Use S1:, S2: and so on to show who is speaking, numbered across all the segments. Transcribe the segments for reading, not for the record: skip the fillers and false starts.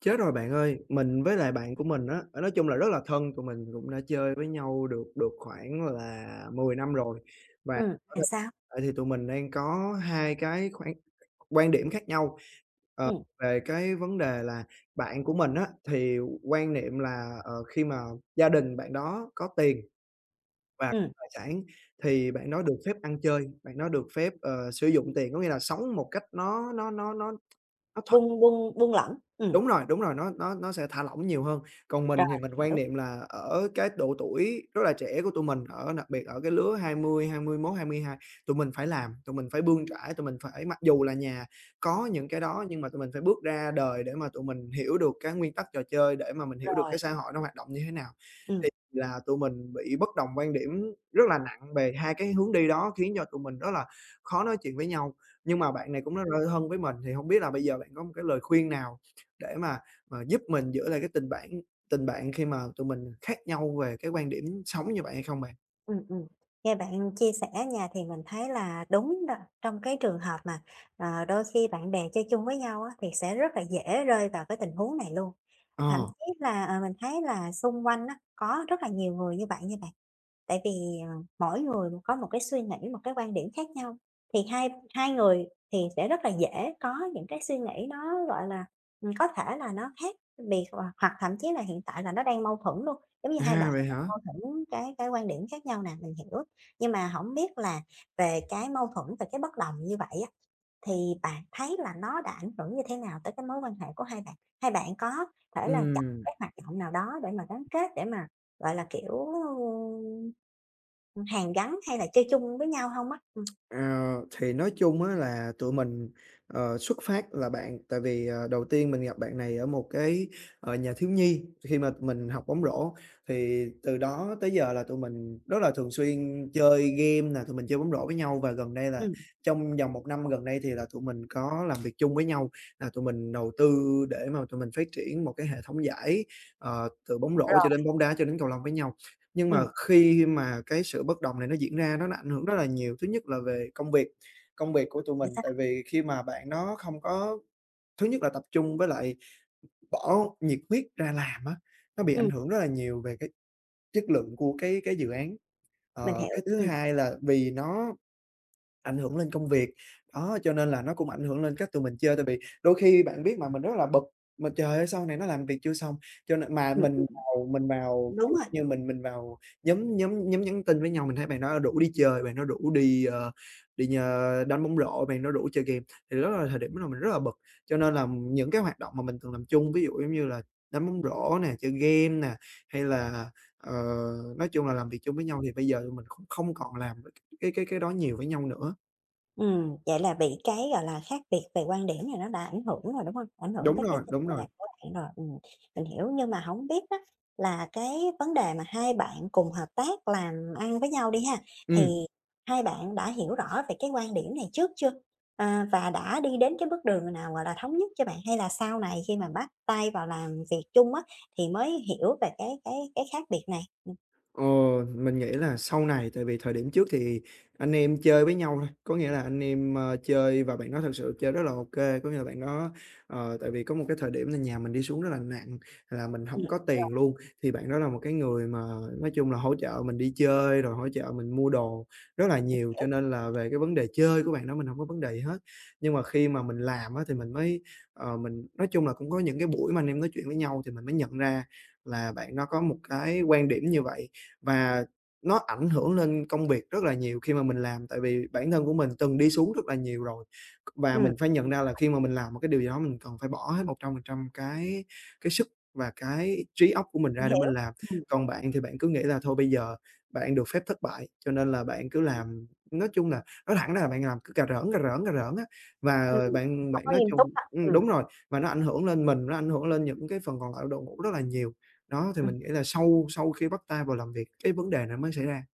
S1: Chết rồi bạn ơi, mình với lại bạn của mình á, nói chung là rất là thân, tụi mình cũng đã chơi với nhau được được khoảng là 10 năm rồi. Và ở thời
S2: Là sao?
S1: hiện tại thì tụi mình đang có hai cái khoảng quan điểm khác nhau, ờ,
S2: Ừm,
S1: về cái vấn đề là bạn của mình á, thì quan niệm là, khi mà gia đình bạn đó có tiền và
S2: ừm,
S1: tài sản thì bạn đó được phép ăn chơi, bạn đó được phép, sử dụng tiền, có nghĩa là sống một cách nó.
S2: buông buông buông lỏng,
S1: Đúng rồi, nó sẽ thả lỏng nhiều hơn. Còn mình
S2: rồi,
S1: thì mình quan
S2: hiểu,
S1: niệm là ở cái độ tuổi rất là trẻ của tụi mình, ở đặc biệt ở cái lứa 20, hai mươi hai, tụi mình phải làm, tụi mình phải bươn trải, tụi mình phải mặc dù là nhà có những cái đó nhưng mà tụi mình phải bước ra đời để mà tụi mình hiểu được cái nguyên tắc trò chơi, để mà mình hiểu được
S2: rồi,
S1: cái xã hội nó hoạt động như thế nào. Thì
S2: ừm.
S1: là tụi mình bị bất đồng quan điểm rất là nặng về hai cái hướng đi đó, khiến cho tụi mình rất là khó nói chuyện với nhau. Nhưng mà bạn này cũng rất là thân với mình, thì không biết là bây giờ bạn có một cái lời khuyên nào để mà giúp mình giữ lại cái tình bạn khi mà tụi mình khác nhau về cái quan điểm sống như vậy hay không bạn?
S2: Ừm, ừm. Nghe bạn chia sẻ nha, thì mình thấy là đúng đó, trong cái trường hợp mà, đôi khi bạn bè chơi chung với nhau á, thì sẽ rất là dễ rơi vào cái tình huống này luôn. Thậm
S1: Ờ,
S2: chí là, mình thấy là xung quanh á, có rất là nhiều người như bạn. Tại vì, ờ, mỗi người có một cái suy nghĩ, một cái quan điểm khác nhau, thì hai hai người thì sẽ rất là dễ có những cái suy nghĩ nó, gọi là, có thể là nó khác biệt, hoặc hoặc thậm chí là hiện tại là nó đang mâu thuẫn luôn. Giống như hai
S1: à,
S2: bạn
S1: vậy hả?
S2: mâu thuẫn cái quan điểm khác nhau nè, mình hiểu. Nhưng mà hổng biết là về cái mâu thuẫn và cái bất đồng như vậy á, thì bạn thấy là nó đã ảnh hưởng như thế nào tới cái mối quan hệ của hai bạn? Hai bạn có thể là chọn
S1: Ừm.
S2: cái hoạt động nào đó để mà gắn kết, để mà, gọi là, kiểu, hàn gắn hay là chơi chung với nhau hông á?
S1: Ờ, thì nói chung á là tụi mình, xuất phát là bạn tại vì, đầu tiên mình gặp bạn này ở một cái, nhà thiếu nhi khi mà tụi mình học bóng rổ, thì từ đó tới giờ là tụi mình rất là thường xuyên chơi game là tụi mình chơi bóng rổ với nhau và gần đây là
S2: Ừm,
S1: trong vòng 1 năm gần đây thì là tụi mình có làm việc chung với nhau, là tụi mình đầu tư để mà tụi mình phát triển một cái hệ thống giải, từ bóng rổ cho
S2: rồi,
S1: đến bóng đá cho đến cầu lông với nhau. Nhưng mà
S2: ừm,
S1: khi mà cái sự bất đồng này nó diễn ra nó ảnh hưởng rất là nhiều. Thứ nhất là về công việc của tụi
S2: rồi
S1: mình,
S2: sao?
S1: tại vì khi mà bạn nó không có thứ nhất là tập trung với lại bỏ nhiệt huyết ra làm á, nó bị ảnh
S2: Ừm,
S1: hưởng rất là nhiều về cái chất lượng của cái dự án.
S2: mình
S1: Ờ,
S2: hiểu,
S1: cái thứ hai là vì nó ảnh hưởng lên công việc, đó, cho nên là nó cũng ảnh hưởng lên cách tụi mình chơi. Tại vì đôi khi bạn biết mà, mình rất là bực, mà trời ơi, sau này nó làm việc chưa xong, cho nên mà
S2: ừm,
S1: mình vào ví
S2: đúng
S1: dụ
S2: rồi.
S1: như mình vào nhóm nhóm nhóm nhắn tin với nhau, mình thấy bạn đó rủ đi chơi, bạn đó rủ đi, đi nhơ đánh bóng rổ, bạn đó rủ chơi game, thì đó là thời điểm là mình rất là bực. Cho nên là những cái hoạt động mà mình từng làm chung, ví dụ giống như là đánh bóng rổ nè, chơi game nè, hay là, ờ, nói chung là làm việc chung với nhau thì bây giờ tụi mình cũng không còn làm cái đó nhiều với nhau nữa.
S2: Vậy là bị cái, gọi là, khác biệt về quan điểm này nó đã ảnh hưởng rồi, đúng không? Ảnh hưởng
S1: Đúng
S2: tới cái
S1: rồi,
S2: sinh
S1: đúng rồi.
S2: hoạt của bạn rồi, mình hiểu. Nhưng mà không biết đó là cái vấn đề mà hai bạn cùng hợp tác làm ăn với nhau đi ha,
S1: Ừm.
S2: thì hai bạn đã hiểu rõ về cái quan điểm này trước chưa? À, và đã đi đến cái bước đường nào, gọi là, thống nhất chưa bạn? Hay là sau này khi mà bắt tay vào làm việc chung á, thì mới hiểu về cái khác biệt này?
S1: Ờ, mình nghĩ là sau này, tại vì thời điểm trước thì anh em chơi với nhau thôi, có nghĩa là anh em, chơi và bạn đó thật sự chơi rất là ok, có nghĩa là bạn đó tại vì có một cái thời điểm là nhà mình đi xuống rất là nặng, là mình không
S2: Ừm,
S1: có tiền luôn, thì bạn đó là một cái người mà nói chung là hỗ trợ mình đi chơi, rồi hỗ trợ mình mua đồ rất là nhiều, cho nên là về cái vấn đề chơi của bạn đó mình không có vấn đề gì hết. Nhưng mà khi mà mình làm á thì mình mới, mình nói chung là cũng có những cái buổi mà anh em nói chuyện với nhau thì mình mới nhận ra là bạn nó có một cái quan điểm như vậy. Và nó ảnh hưởng lên công việc rất là nhiều khi mà mình làm, tại vì bản thân của mình từng đi xuống rất là nhiều rồi. Và mình phải nhận ra là khi mà mình làm một cái điều gì đó mình cần phải bỏ hết 100% cái sức và cái trí óc của mình
S2: mình
S1: ra để mình
S2: hiểu.
S1: làm.
S2: Ừm,
S1: Còn bạn thì bạn cứ nghĩ là thôi bây giờ bạn được phép thất bại, cho nên là bạn cứ làm nói chung là nói thẳng ra là bạn làm cứ cà rỡn, cà rỡn, cà rỡn á,
S2: ừm,
S1: và bạn
S2: hổng
S1: bạn
S2: có
S1: nói
S2: nghiêm túc
S1: chung
S2: ha. Ừm.
S1: đúng rồi, và nó ảnh hưởng lên mình, nó ảnh hưởng lên những cái phần còn lại của đội ngũ rất là nhiều. Đó, thì mình nghĩ là sau sau khi bắt tay vào làm việc, cái vấn đề này mới xảy ra.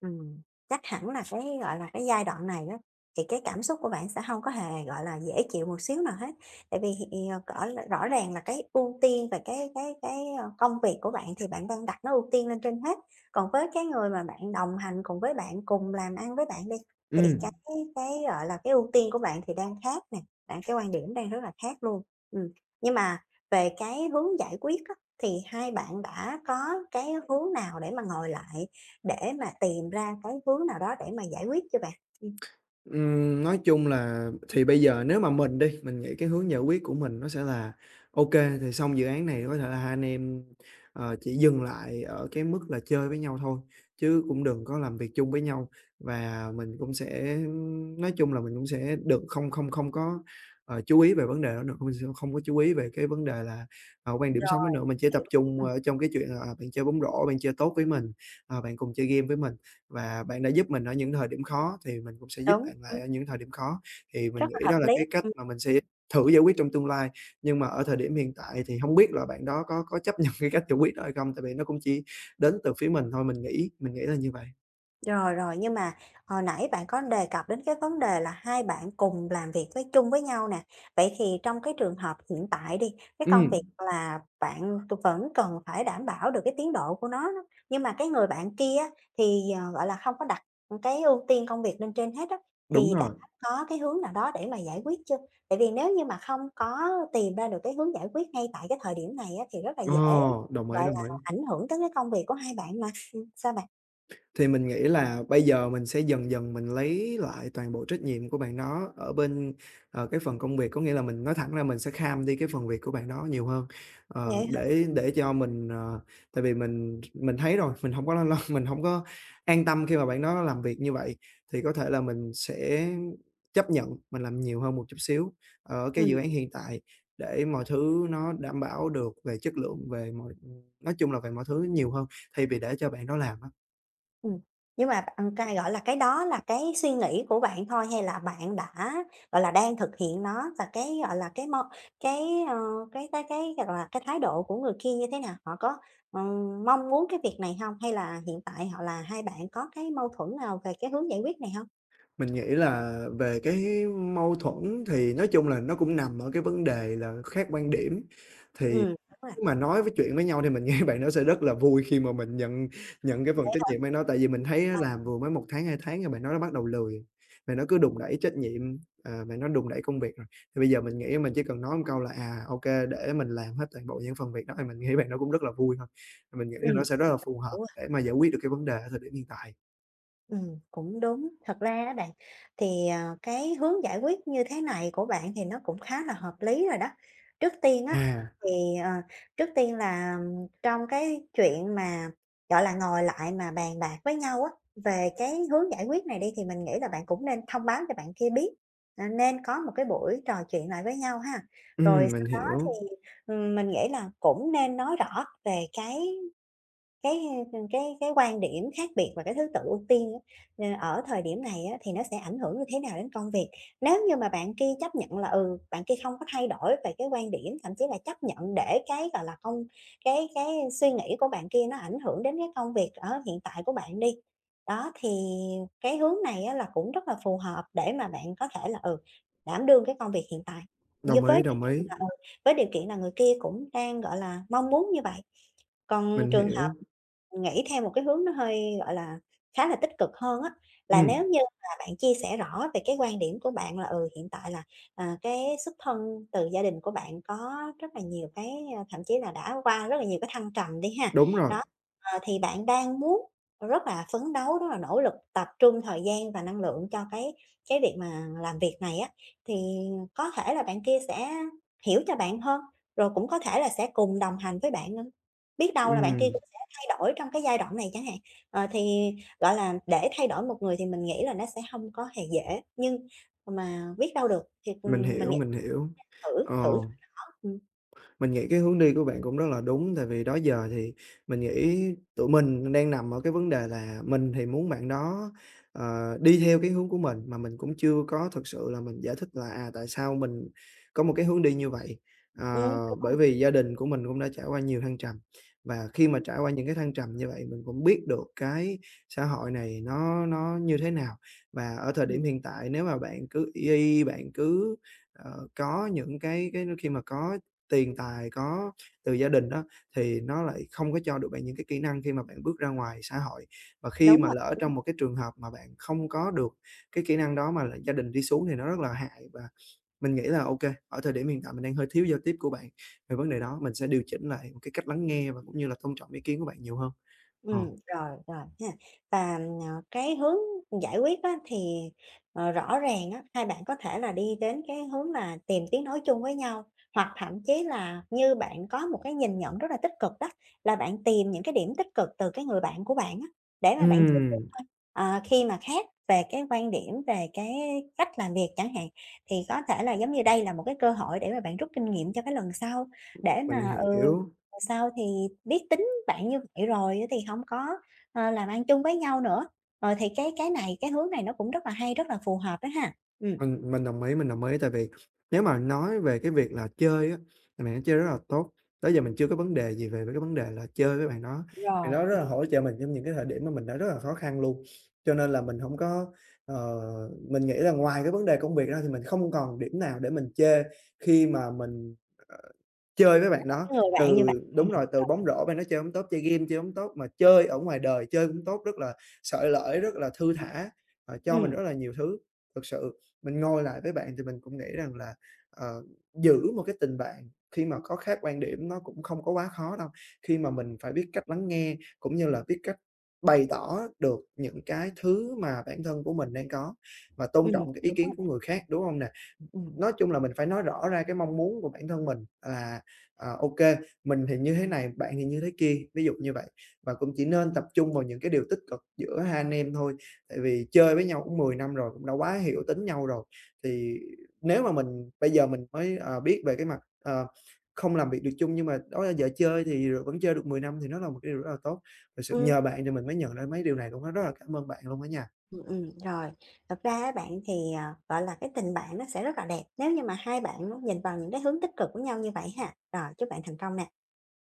S2: Ừm, chắc hẳn là cái, gọi là, cái giai đoạn này đó thì cái cảm xúc của bạn sẽ không có hề, gọi là, dễ chịu một xíu nào hết. Tại vì cỏ rõ ràng là cái ưu tiên về cái công việc của bạn thì bạn đang đặt nó ưu tiên lên trên hết. Còn với cái người mà bạn đồng hành cùng với bạn, cùng làm ăn với bạn đi, thì
S1: Ừm.
S2: cái, gọi là, cái ưu tiên của bạn thì đang khác nè, bạn cái quan điểm đang rất là khác luôn. Ừm, nhưng mà về cái hướng giải quyết á, thì hai bạn đã có cái hướng nào để mà ngồi lại để mà tìm ra cái hướng nào đó để mà giải quyết cho bạn. Ừm.
S1: Nói chung là thì bây giờ nếu mà mình đi, mình nghĩ cái hướng giải quyết của mình nó sẽ là ok thì xong dự án này có thể là hai anh em, chỉ dừng lại ở cái mức là chơi với nhau thôi, chứ cũng đừng có làm việc chung với nhau. Và mình cũng sẽ nói chung là mình cũng sẽ đừng không không không có, chú ý về vấn đề đó nữa, mình sẽ không có chú ý về cái vấn đề là, quan điểm sống đó
S2: Rồi.
S1: nữa, mình chỉ tập
S2: Hiểu.
S1: trung
S2: Ừm,
S1: ở trong cái chuyện là, à, bạn chơi bóng rổ, bạn chơi tốt với mình, à, bạn cùng chơi game với mình. Và bạn đã giúp mình ở những thời điểm khó thì mình cũng sẽ giúp
S2: đúng.
S1: bạn lại
S2: Ừm,
S1: ở những thời điểm khó, thì
S2: rất
S1: mình
S2: là
S1: nghĩ
S2: hợp
S1: đó là
S2: lý.
S1: cái cách
S2: Ừm.
S1: mà mình sẽ thử giải quyết trong tương lai. Nhưng mà ở thời điểm hiện tại thì hông biết là bạn đó có chấp nhận cái cách giải quyết đó hay không, tại vì nó cũng chỉ đến từ phía mình thôi, mình nghĩ là như vậy.
S2: Rồi, rồi, nhưng mà hồi nãy bạn có đề cập đến cái vấn đề là hai bạn cùng làm việc với chung với nhau nè. Vậy thì trong cái trường hợp hiện tại đi, cái công việc
S1: Ừm,
S2: là bạn vẫn cần phải đảm bảo được cái tiến độ của nó đó, nhưng mà cái người bạn kia á, thì, gọi là, không có đặt cái ưu tiên công việc lên trên hết á,
S1: đúng
S2: thì đã
S1: rồi.
S2: có cái hướng nào đó để mà giải quyết chưa? Tại vì nếu như mà không có tìm ra được cái hướng giải quyết ngay tại cái thời điểm này á, thì rất là
S1: Ờ,
S2: dễ,
S1: đồng
S2: gọi
S1: ý,
S2: là,
S1: đồng ý.
S2: ảnh hưởng tới cái công việc của hai bạn mà. Sao bạn?
S1: Thì mình nghĩ là bây giờ mình sẽ dần dần mình lấy lại toàn bộ trách nhiệm của bạn đó ở bên, cái phần công việc, có nghĩa là mình nói thẳng ra mình sẽ kham đi cái phần việc của bạn đó nhiều hơn,
S2: Vậy hả?
S1: để cho mình, tại vì mình thấy rồi, mình không có lo lo mình không có an tâm khi mà bạn đó làm việc như vậy, thì có thể là mình sẽ chấp nhận mình làm nhiều hơn một chút xíu ở cái dự
S2: Ừm.
S1: án hiện tại để mọi thứ nó đảm bảo được về chất lượng, về mọi nói chung là về mọi thứ nhiều hơn thay vì để cho bạn đó làm á.
S2: Ừm, nhưng mà bạn cái, gọi là, cái đó là cái suy nghĩ của bạn thôi hay là bạn đã, gọi là, đang thực hiện nó và cái, gọi là, cái mong cái, ờ, cái, gọi là, cái thái độ của người kia như thế nào? Họ có, mong muốn cái việc này không? Hay là hiện tại họ là hai bạn có cái mâu thuẫn nào về cái hướng giải quyết này không?
S1: Mình nghĩ là về cái mâu thuẫn thì nói chung là nó cũng nằm ở cái vấn đề là khác quan điểm.
S2: Ừ,
S1: Thì
S2: đúng rồi.
S1: nếu mà nói với chuyện với nhau thì mình nghĩ bạn nó sẽ rất là vui khi mà mình nhận nhận cái phần trách nhiệm với nó, tại vì mình thấy á
S2: Ờ,
S1: làm vừa mới 1 tháng, 2 tháng rồi bạn đó nó bắt đầu lười, bạn đó cứ đùn đẩy trách nhiệm, à, bạn đó đùn đẩy công việc rồi. Thì bây giờ mình nghĩ mình chỉ cần nói một câu là "À, ok để mình làm hết toàn bộ những phần việc đó" thì mình nghĩ bạn nó cũng rất là vui thôi. Thì mình nghĩ là nó sẽ rất là phù hợp
S2: đúng rồi.
S1: để mà giải quyết được cái vấn đề ở thời điểm hiện tại.
S2: Cũng đúng. Thật ra á bạn, thì, cái hướng giải quyết như thế này của bạn thì nó cũng khá là hợp lý rồi đó. Trước tiên á,
S1: À,
S2: thì, trước tiên là trong cái chuyện mà, gọi là, ngồi lại mà bàn bạc với nhau á, về cái hướng giải quyết này đi thì mình nghĩ là bạn cũng nên thông báo cho bạn kia biết, à, nên có một cái buổi trò chuyện lại với nhau ha. Rồi
S1: mình
S2: sau đó
S1: hiểu.
S2: thì, mình nghĩ là cũng nên nói rõ về cái, cái quan điểm khác biệt và cái thứ tự ưu tiên á, ở thời điểm này á, thì nó sẽ ảnh hưởng như thế nào đến công việc. Nếu như mà bạn kia chấp nhận là, ừ, bạn kia không có thay đổi về cái quan điểm, thậm chí là chấp nhận để cái, gọi là, không cái suy nghĩ của bạn kia nó ảnh hưởng đến cái công việc ở hiện tại của bạn đi, đó, thì cái hướng này á, là cũng rất là phù hợp để mà bạn có thể là, ừ, đảm đương cái công việc hiện tại, như với điều
S1: Đồng
S2: kiện
S1: ý,
S2: là, ừ, với điều kiện là người kia cũng đang, gọi là, mong muốn như vậy. Còn
S1: mình hiểu.
S2: nghĩ theo một cái hướng nó hơi, gọi là, khá là tích cực hơn á, là
S1: Ừm,
S2: nếu như mà bạn chia sẻ rõ về cái quan điểm của bạn là, ừ, hiện tại là, à, cái xuất thân từ gia đình của bạn có rất là nhiều cái, a, thậm chí là đã qua rất là nhiều cái thăng trầm đi ha.
S1: đúng rồi,
S2: Đó, thì bạn đang muốn rất là phấn đấu, rất là nỗ lực, tập trung thời gian và năng lượng cho cái việc mà làm việc này á, thì có thể là bạn kia sẽ hiểu cho bạn hơn, rồi cũng có thể là sẽ cùng đồng hành với bạn nữa. Biết đâu là bạn kia
S1: ừm,
S2: thay đổi trong cái giai đoạn này chẳng hạn. Thì, gọi là, để thay đổi một người thì mình nghĩ là nó sẽ hông có hề dễ, nhưng mà biết đâu được thì,
S1: mình
S2: mình
S1: hiểu,
S2: nghĩ
S1: mình hiểu.
S2: thử thử
S1: Ờ.
S2: thôi đó.
S1: Mình nghĩ cái hướng đi của bạn cũng rất là đúng, tại vì đó giờ thì mình nghĩ tụi mình đang nằm ở cái vấn đề là mình thì muốn bạn đó, đi theo cái hướng của mình, mà mình cũng chưa có thực sự là mình giải thích là, à, tại sao mình có một cái hướng đi như vậy. Ờ,
S2: Ừm,
S1: Bởi vì gia đình của mình cũng đã trải qua nhiều thăng trầm, và khi mà trải qua những cái thăng trầm như vậy mình cũng biết được cái xã hội này nó như thế nào. Và ở thời
S2: ừm,
S1: điểm hiện tại nếu mà bạn cứ y y, bạn cứ, ờ, có những cái khi mà có tiền tài từ gia đình đó, thì nó lại không có cho được bạn những cái kỹ năng khi mà bạn bước ra ngoài xã hội. Và khi
S2: đúng
S1: mà
S2: rồi,
S1: lỡ trong một cái trường hợp mà bạn không có được cái kỹ năng đó mà là gia đình đi xuống thì nó rất là hại. Và mình nghĩ là ok ở thời điểm hiện tại mình đang hơi thiếu giao tiếp của bạn về vấn đề đó, mình sẽ điều chỉnh lại một cái cách lắng nghe và cũng như là tôn trọng ý kiến của bạn nhiều hơn. Ờ.
S2: rồi, rồi ha. Và, cái hướng giải quyết á thì, rõ ràng á, hai bạn có thể là đi đến cái hướng là tìm tiếng nói chung với nhau, hoặc thậm chí là như bạn có một cái nhìn nhận rất là tích cực đó, là bạn tìm những cái điểm tích cực từ cái người bạn của bạn á, để mà bạn
S1: Ừm,
S2: Khi mà khác về cái quan điểm, về cái cách làm việc chẳng hạn, thì có thể là giống như đây là một cái cơ hội để mà bạn rút kinh nghiệm cho cái lần sau, để
S1: mình
S2: mà, ừ,
S1: hiểu.
S2: lần sau thì biết tính bạn như vậy rồi thì không có, làm ăn chung với nhau nữa. Rồi thì cái hướng này nó cũng rất là hay, rất là phù hợp đó ha. Ừm.
S1: Mình đồng ý, mình đồng ý, tại vì nếu mà nói về cái việc là chơi á, thì bạn đã chơi rất là tốt. Tới giờ mình chưa có vấn đề gì về về cái vấn đề là chơi với bạn
S2: Rồi.
S1: đó rất là hỗ trợ mình trong những cái thời điểm mà mình đã rất là khó khăn luôn. Cho nên là mình hổng có ờ, mình nghĩ là ngoài cái vấn đề công việc ra thì mình không còn điểm nào để mình chê khi mà mình, ờ, chơi với bạn đó.
S2: Cái người bạn như vậy.
S1: Từ đúng rồi, từ bóng rổ bạn đó chơi hổng tốt, chơi game chơi hổng tốt, mà chơi ở ngoài đời chơi cũng tốt, rất là xởi lởi, rất là thư thả, cho
S2: Ừm,
S1: mình
S2: ừm,
S1: rất là nhiều thứ. Thực sự mình ngồi lại với bạn thì mình cũng nghĩ rằng là, ờ, giữ một cái tình bạn khi mà có khác quan điểm nó cũng không có quá khó đâu, khi mà mình phải biết cách lắng nghe, cũng như là biết cách bày tỏ được những cái thứ mà bản thân của mình đang có và tôn trọng cái ý
S2: đúng
S1: kiến
S2: rồi
S1: của
S2: bạn.
S1: người khác, đúng không nè?
S2: Ừm.
S1: Nói chung là mình phải nói rõ ra cái mong muốn của bản thân mình là, ờ, ô mình thì như thế này, bạn thì như thế kia, ví dụ như vậy. Và cũng chỉ nên tập trung vào những cái điều tích cực giữa hai anh em thôi, tại vì chơi với nhau cũng 10 năm rồi, cũng đã quá hiểu tính nhau rồi. Thì nếu mà mình bây giờ mình mới, biết về cái mặt, không làm việc được chung nhưng mà đó là giờ chơi thì rồi vẫn chơi được 10 năm thì nó là một cái điều rất là tốt. Thực sự nhờ bạn thì mình mới nhận ra mấy điều này cũng rất là cảm ơn bạn luôn á nha.
S2: Rồi. Thật ra á bạn thì, gọi là, cái tình bạn nó sẽ rất là đẹp nếu như mà hai bạn nhìn vào những cái hướng tích cực của nhau như vậy ha. Rồi, chúc bạn thành công nè.